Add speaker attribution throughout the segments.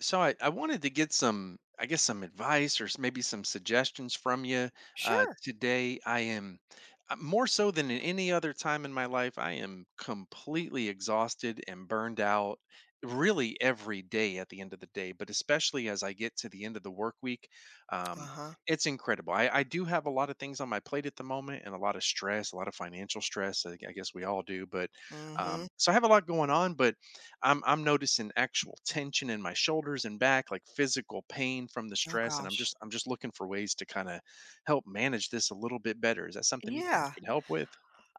Speaker 1: So I wanted to get some, I guess, some advice or maybe some suggestions from you.
Speaker 2: Sure.
Speaker 1: Today I am, more so than in any other time in my life, I am completely exhausted and burned out really every day at the end of the day, but especially as I get to the end of the work week. um,
Speaker 2: Uh-huh.
Speaker 1: it's incredible. I do have a lot of things on my plate at the moment, and a lot of stress, a lot of financial stress. I guess we all do, but
Speaker 2: Mm. Mhm.
Speaker 1: so I have a lot going on. But I'm noticing actual tension in my shoulders and back, like physical pain from the
Speaker 2: Oh
Speaker 1: stress, and I'm
Speaker 2: gosh.
Speaker 1: just I'm just looking for ways to kind of help manage this a little bit better. Is that something you think
Speaker 2: Yeah.
Speaker 1: you can help with?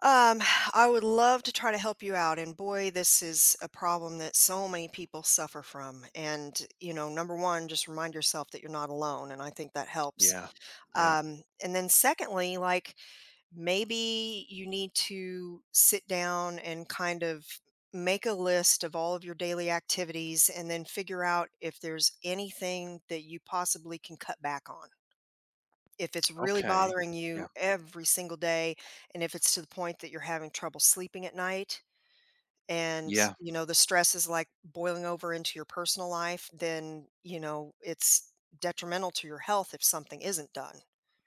Speaker 2: Um, I would love to try to help you out. And boy, this is a problem that so many people suffer from. And, you know, number one, just remind yourself that you're not alone. And I think that helps.
Speaker 1: Yeah. Yeah.
Speaker 2: And then secondly, like maybe you need to sit down and kind of make a list of all of your daily activities and then figure out if there's anything that you possibly can cut back on. If it's really
Speaker 1: Okay.
Speaker 2: bothering you
Speaker 1: Yeah.
Speaker 2: every single day, and if it's to the point that you're having trouble sleeping at night, and
Speaker 1: Yeah.
Speaker 2: you know the stress is like boiling over into your personal life, then you know it's detrimental to your health if something isn't done.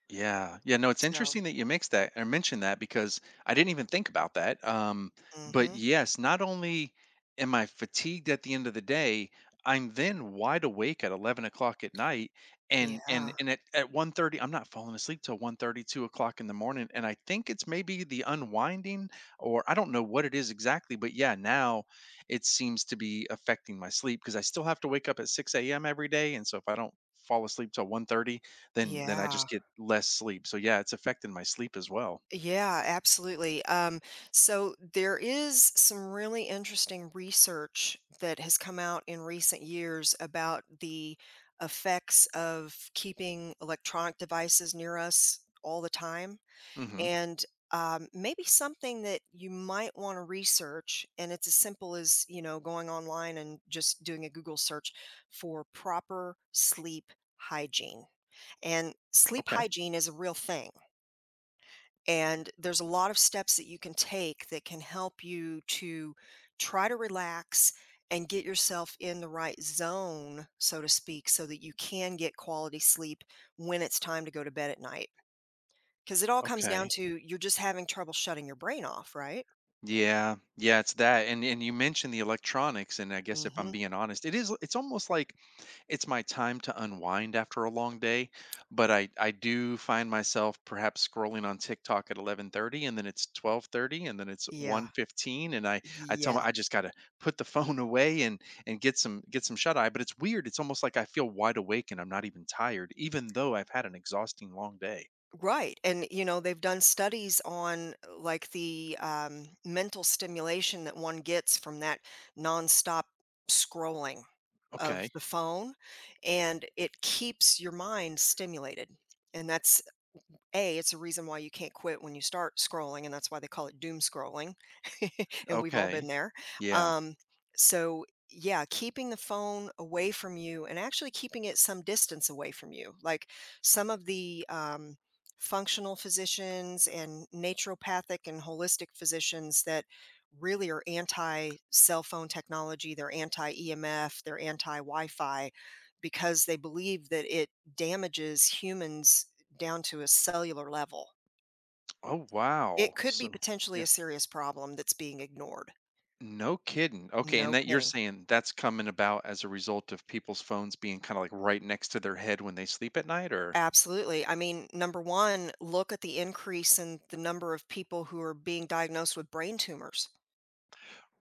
Speaker 1: Yeah. Yeah. No, it's
Speaker 2: So,
Speaker 1: interesting that you mixed that or mentioned that because I didn't even think about that. But
Speaker 2: mhm.
Speaker 1: yes, not only am I fatigued at the end of the day, I'm then wide awake at 11 o'clock at night. And, and,
Speaker 2: Yeah,
Speaker 1: and at one, I'm not falling asleep till 1:30, 2 o'clock in the morning. And I think it's maybe the unwinding, or I don't know what it is exactly, but yeah, now it seems to be affecting my sleep because I still have to wake up at 6 a.m. every day. And so if I don't fall asleep till 1:30, then I
Speaker 2: yeah.
Speaker 1: just get less sleep. So yeah, it's affecting my sleep as well.
Speaker 2: Yeah, absolutely. So there is some really interesting research that has come out in recent years about the effects of keeping electronic devices near us all the time.
Speaker 1: Hmm.
Speaker 2: And maybe something that you might want to research, and it's as simple as, you know, going online and just doing a Google search for proper sleep hygiene. And sleep
Speaker 1: Okay.
Speaker 2: hygiene is a real thing, and there's a lot of steps that you can take that can help you to try to relax and get yourself in the right zone, so to speak, so that you can get quality sleep when it's time to go to bed at night. Because it all comes down
Speaker 1: Okay.
Speaker 2: to you're just having trouble shutting your brain off, right?
Speaker 1: Yeah. Yeah, it's that. And you mentioned the electronics, and I guess if I'm
Speaker 2: Hmm.
Speaker 1: being honest, it's almost like it's my time to unwind after a long day, but I do find myself perhaps scrolling on TikTok at 11:30, and then it's 12:30, and then it's
Speaker 2: Yeah.
Speaker 1: 1:15, and I tell
Speaker 2: Yeah.
Speaker 1: my I just got to put the phone away, and get some shut eye. But it's weird. It's almost like I feel wide awake and I'm not even tired even though I've had an exhausting long day.
Speaker 2: Right. And, you know, they've done studies on like the mental stimulation that one gets from that nonstop scrolling of
Speaker 1: Okay.
Speaker 2: the phone, and it keeps your mind stimulated. And that's it's a reason why you can't quit when you start scrolling, and that's why they call it doom scrolling, and we've all been
Speaker 1: Okay.
Speaker 2: there.
Speaker 1: Yeah.
Speaker 2: Um, so yeah, keeping the phone away from you and actually keeping it some distance away from you. Like some of the functional physicians and naturopathic and holistic physicians that really are anti cell phone technology, they're anti EMF, they're anti Wi Fi because they believe that it damages humans down to a cellular level.
Speaker 1: Oh
Speaker 2: It
Speaker 1: wow.
Speaker 2: could be potentially a serious problem that's being ignored.
Speaker 1: No kidding. Okay, and
Speaker 2: No
Speaker 1: that you're
Speaker 2: kidding.
Speaker 1: saying that's coming about as a result of people's phones being kinda, like, right next to their head when they sleep at night, or
Speaker 2: Absolutely. I mean, number one, look at the increase in the number of people who are being diagnosed with brain tumors,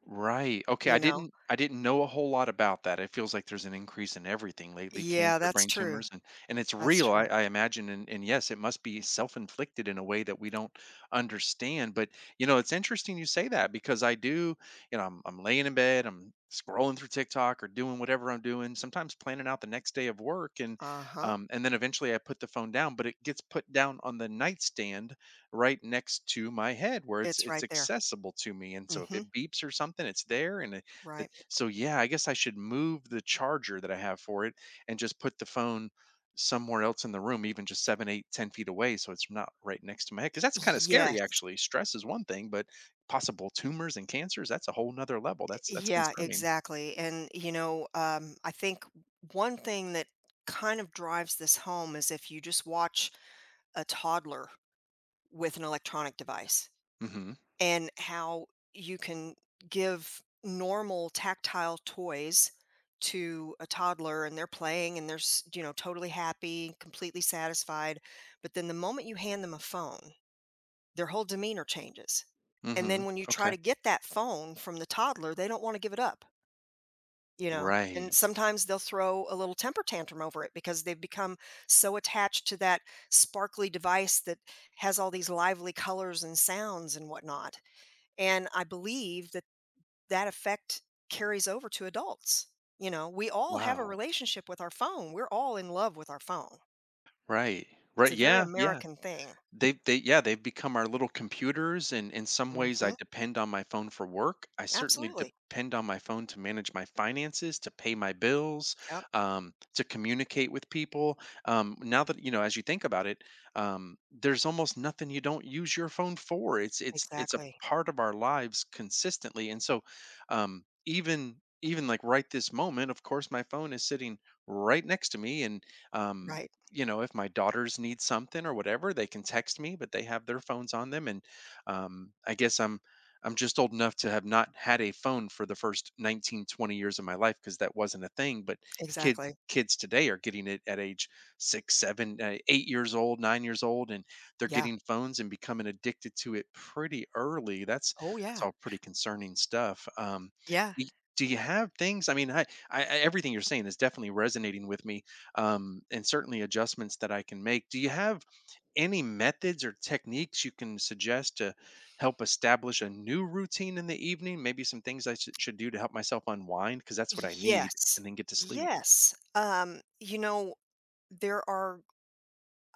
Speaker 1: Right. Okay,
Speaker 2: you
Speaker 1: I
Speaker 2: know?
Speaker 1: didn't I didn't know a whole lot about that. It feels like there's an increase in everything lately,
Speaker 2: Yeah,
Speaker 1: cancer,
Speaker 2: that's
Speaker 1: brain
Speaker 2: true.
Speaker 1: tumors, and it's
Speaker 2: That's
Speaker 1: real, I,
Speaker 2: true.
Speaker 1: I imagine. And yes, it must be self-inflicted in a way that we don't understand. But, it's interesting you say that, because I do, you know, I'm laying in bed, I'm scrolling through TikTok or doing whatever I'm doing, sometimes planning out the next day of work, and
Speaker 2: Uh-huh.
Speaker 1: um and then eventually I put the phone down, but it gets put down on the nightstand right next to my head, where it's
Speaker 2: It's
Speaker 1: it's
Speaker 2: right there.
Speaker 1: accessible to me. And so
Speaker 2: Mm.
Speaker 1: if
Speaker 2: Mhm.
Speaker 1: it beeps or something, it's there, and
Speaker 2: Right.
Speaker 1: so yeah, I guess I should move the charger that I have for it and just put the phone somewhere else in the room, even just 7, 8, 10 feet away, so it's not right next to my head, because that's kind of scary.
Speaker 2: Yes.
Speaker 1: Actually, stress is one thing, but possible tumors and cancers, that's a whole nother level. That's
Speaker 2: Yeah,
Speaker 1: concerning.
Speaker 2: exactly. And you know, I think one thing that kind of drives this home is if you just watch a toddler with an electronic device.
Speaker 1: Mm-hmm.
Speaker 2: And how you can give normal tactile toys to a toddler and they're playing and you know, totally happy, completely satisfied, but then the moment you hand them a phone, their whole demeanor changes. And
Speaker 1: Mm-hmm.
Speaker 2: then when you try
Speaker 1: Okay.
Speaker 2: to get that phone from the toddler, they don't want to give it up, you know. And
Speaker 1: Right.
Speaker 2: sometimes they'll throw a little temper tantrum over it because they've become so attached to that sparkly device that has all these lively colors and sounds and whatnot. And I believe that that effect carries over to adults. You know, we all have a
Speaker 1: Wow.
Speaker 2: relationship with our phone. We're all in love with our phone.
Speaker 1: Right,
Speaker 2: It's
Speaker 1: right.
Speaker 2: a very
Speaker 1: Yeah, yeah.
Speaker 2: American thing.
Speaker 1: They, yeah, they've become our little computers, and in some ways I
Speaker 2: Mhm.
Speaker 1: depend on my phone for work. I certainly
Speaker 2: Absolutely.
Speaker 1: depend on my phone to manage my finances, to pay my bills,
Speaker 2: Yep.
Speaker 1: to communicate with people. Now that, as you think about it, there's almost nothing you don't use your phone for. It's a
Speaker 2: Exactly.
Speaker 1: part of our lives consistently, and so um, even even like right this moment, of course, my phone is sitting right next to me, and um,
Speaker 2: Right.
Speaker 1: if my daughters need something or whatever, they can text me, but they have their phones on them. And I guess I'm just old enough to have not had a phone for the first 19, 20 years of my life because that wasn't a thing. But kids
Speaker 2: Exactly.
Speaker 1: kids today are getting it at age 6, 7, 8 years old, 9 years old, and they're
Speaker 2: Yeah.
Speaker 1: getting phones and becoming addicted to it pretty early. That's
Speaker 2: Oh,
Speaker 1: that's
Speaker 2: yeah.
Speaker 1: all pretty concerning stuff.
Speaker 2: Yeah.
Speaker 1: Y- do you have things? I mean, everything you're saying is definitely resonating with me, and certainly adjustments that I can make. Do you have any methods or techniques you can suggest to help establish a new routine in the evening? Maybe some things I should do to help myself unwind, because that's what I need,
Speaker 2: Yes.
Speaker 1: and then get to sleep.
Speaker 2: Yes. You know, there are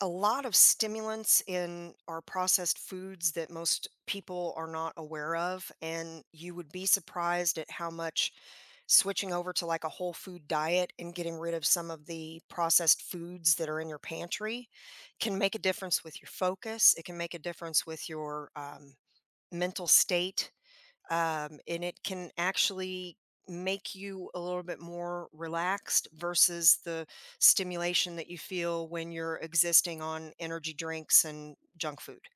Speaker 2: a lot of stimulants in our processed foods that most people are not aware of, and you would be surprised at how much switching over to like a whole food diet and getting rid of some of the processed foods that are in your pantry can make a difference with your focus. It can make a difference with your mental state. And it can actually make you a little bit more relaxed versus the stimulation that you feel when you're existing on energy drinks and junk food.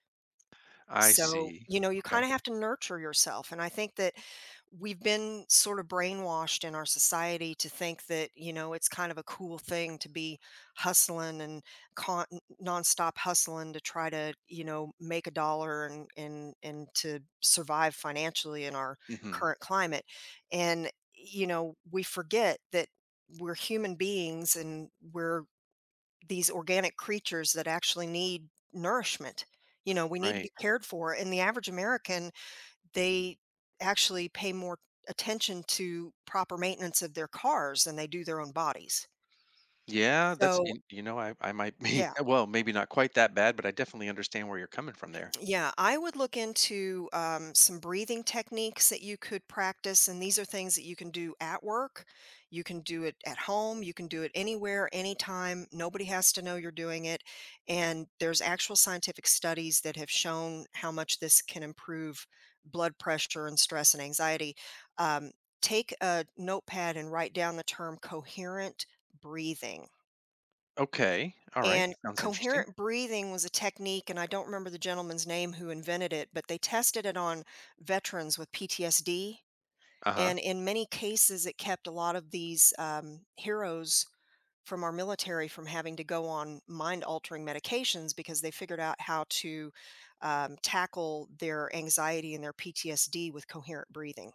Speaker 1: I
Speaker 2: So,
Speaker 1: see.
Speaker 2: you know, you kind of
Speaker 1: Okay.
Speaker 2: have to nurture yourself. And I think that we've been sort of brainwashed in our society to think that, you know, it's kind of a cool thing to be hustling and con- nonstop hustling to try to, you know, make a dollar, and to survive financially in our
Speaker 1: Hmm.
Speaker 2: current climate. And, you know, we forget that we're human beings and we're these organic creatures that actually need nourishment. You know, we need to
Speaker 1: Right.
Speaker 2: be cared for. And the average American, they actually pay more attention to proper maintenance of their cars than they do their own bodies.
Speaker 1: Yeah, that's,
Speaker 2: So,
Speaker 1: in- you know, I might be,
Speaker 2: yeah.
Speaker 1: well, maybe not quite that bad, but I definitely understand where you're coming from there.
Speaker 2: Yeah, I would look into some breathing techniques that you could practice. And these are things that you can do at work. You can do it at home. You can do it anywhere, anytime. Nobody has to know you're doing it. And there's actual scientific studies that have shown how much this can improve blood pressure and stress and anxiety. Um, take a notepad and write down the term coherent breathing,
Speaker 1: Okay. All right.
Speaker 2: and
Speaker 1: Sounds interesting.
Speaker 2: coherent breathing was a technique, and I don't remember the gentleman's name who invented it, but they tested it on veterans with PTSD.
Speaker 1: Uh huh.
Speaker 2: And in many cases, it kept a lot of these heroes from our military from having to go on mind altering medications because they figured out how to tackle their anxiety and their PTSD with coherent breathing.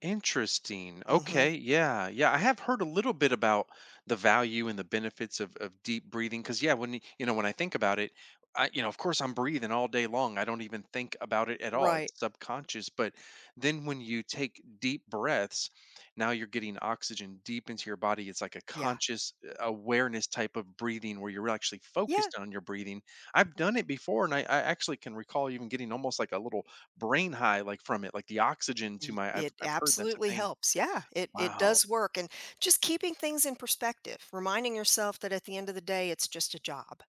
Speaker 1: Interesting.
Speaker 2: Hmm.
Speaker 1: Okay. Yeah. Yeah. I have heard a little bit about the value and the benefits of deep breathing. Cause yeah, when, y- you know, when I think about it, of course I'm breathing all day long. I don't even think about it at all.
Speaker 2: Right.
Speaker 1: It's subconscious. But then when you take deep breaths, now you're getting oxygen deep into your body. It's like a
Speaker 2: Yeah.
Speaker 1: conscious awareness type of breathing where you're actually
Speaker 2: Yeah.
Speaker 1: focused on your breathing. I've done it before, and I actually can recall even getting almost like a little brain high, like, from it, like, the oxygen to
Speaker 2: Y
Speaker 1: my— I've
Speaker 2: It
Speaker 1: I've heard that's a
Speaker 2: absolutely
Speaker 1: thing.
Speaker 2: helps, yeah, it
Speaker 1: Wow.
Speaker 2: does work, and just keeping things in perspective, reminding yourself that at the end of the day, it's just a job,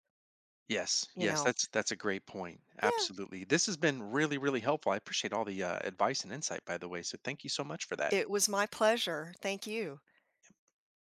Speaker 1: Yes,
Speaker 2: you
Speaker 1: yes,
Speaker 2: know?
Speaker 1: that's a great point.
Speaker 2: Yeah,
Speaker 1: Absolutely. This has been really, really helpful. I appreciate all the, advice and insight, by the way, so thank you so much for that.
Speaker 2: it was my pleasure, thank you.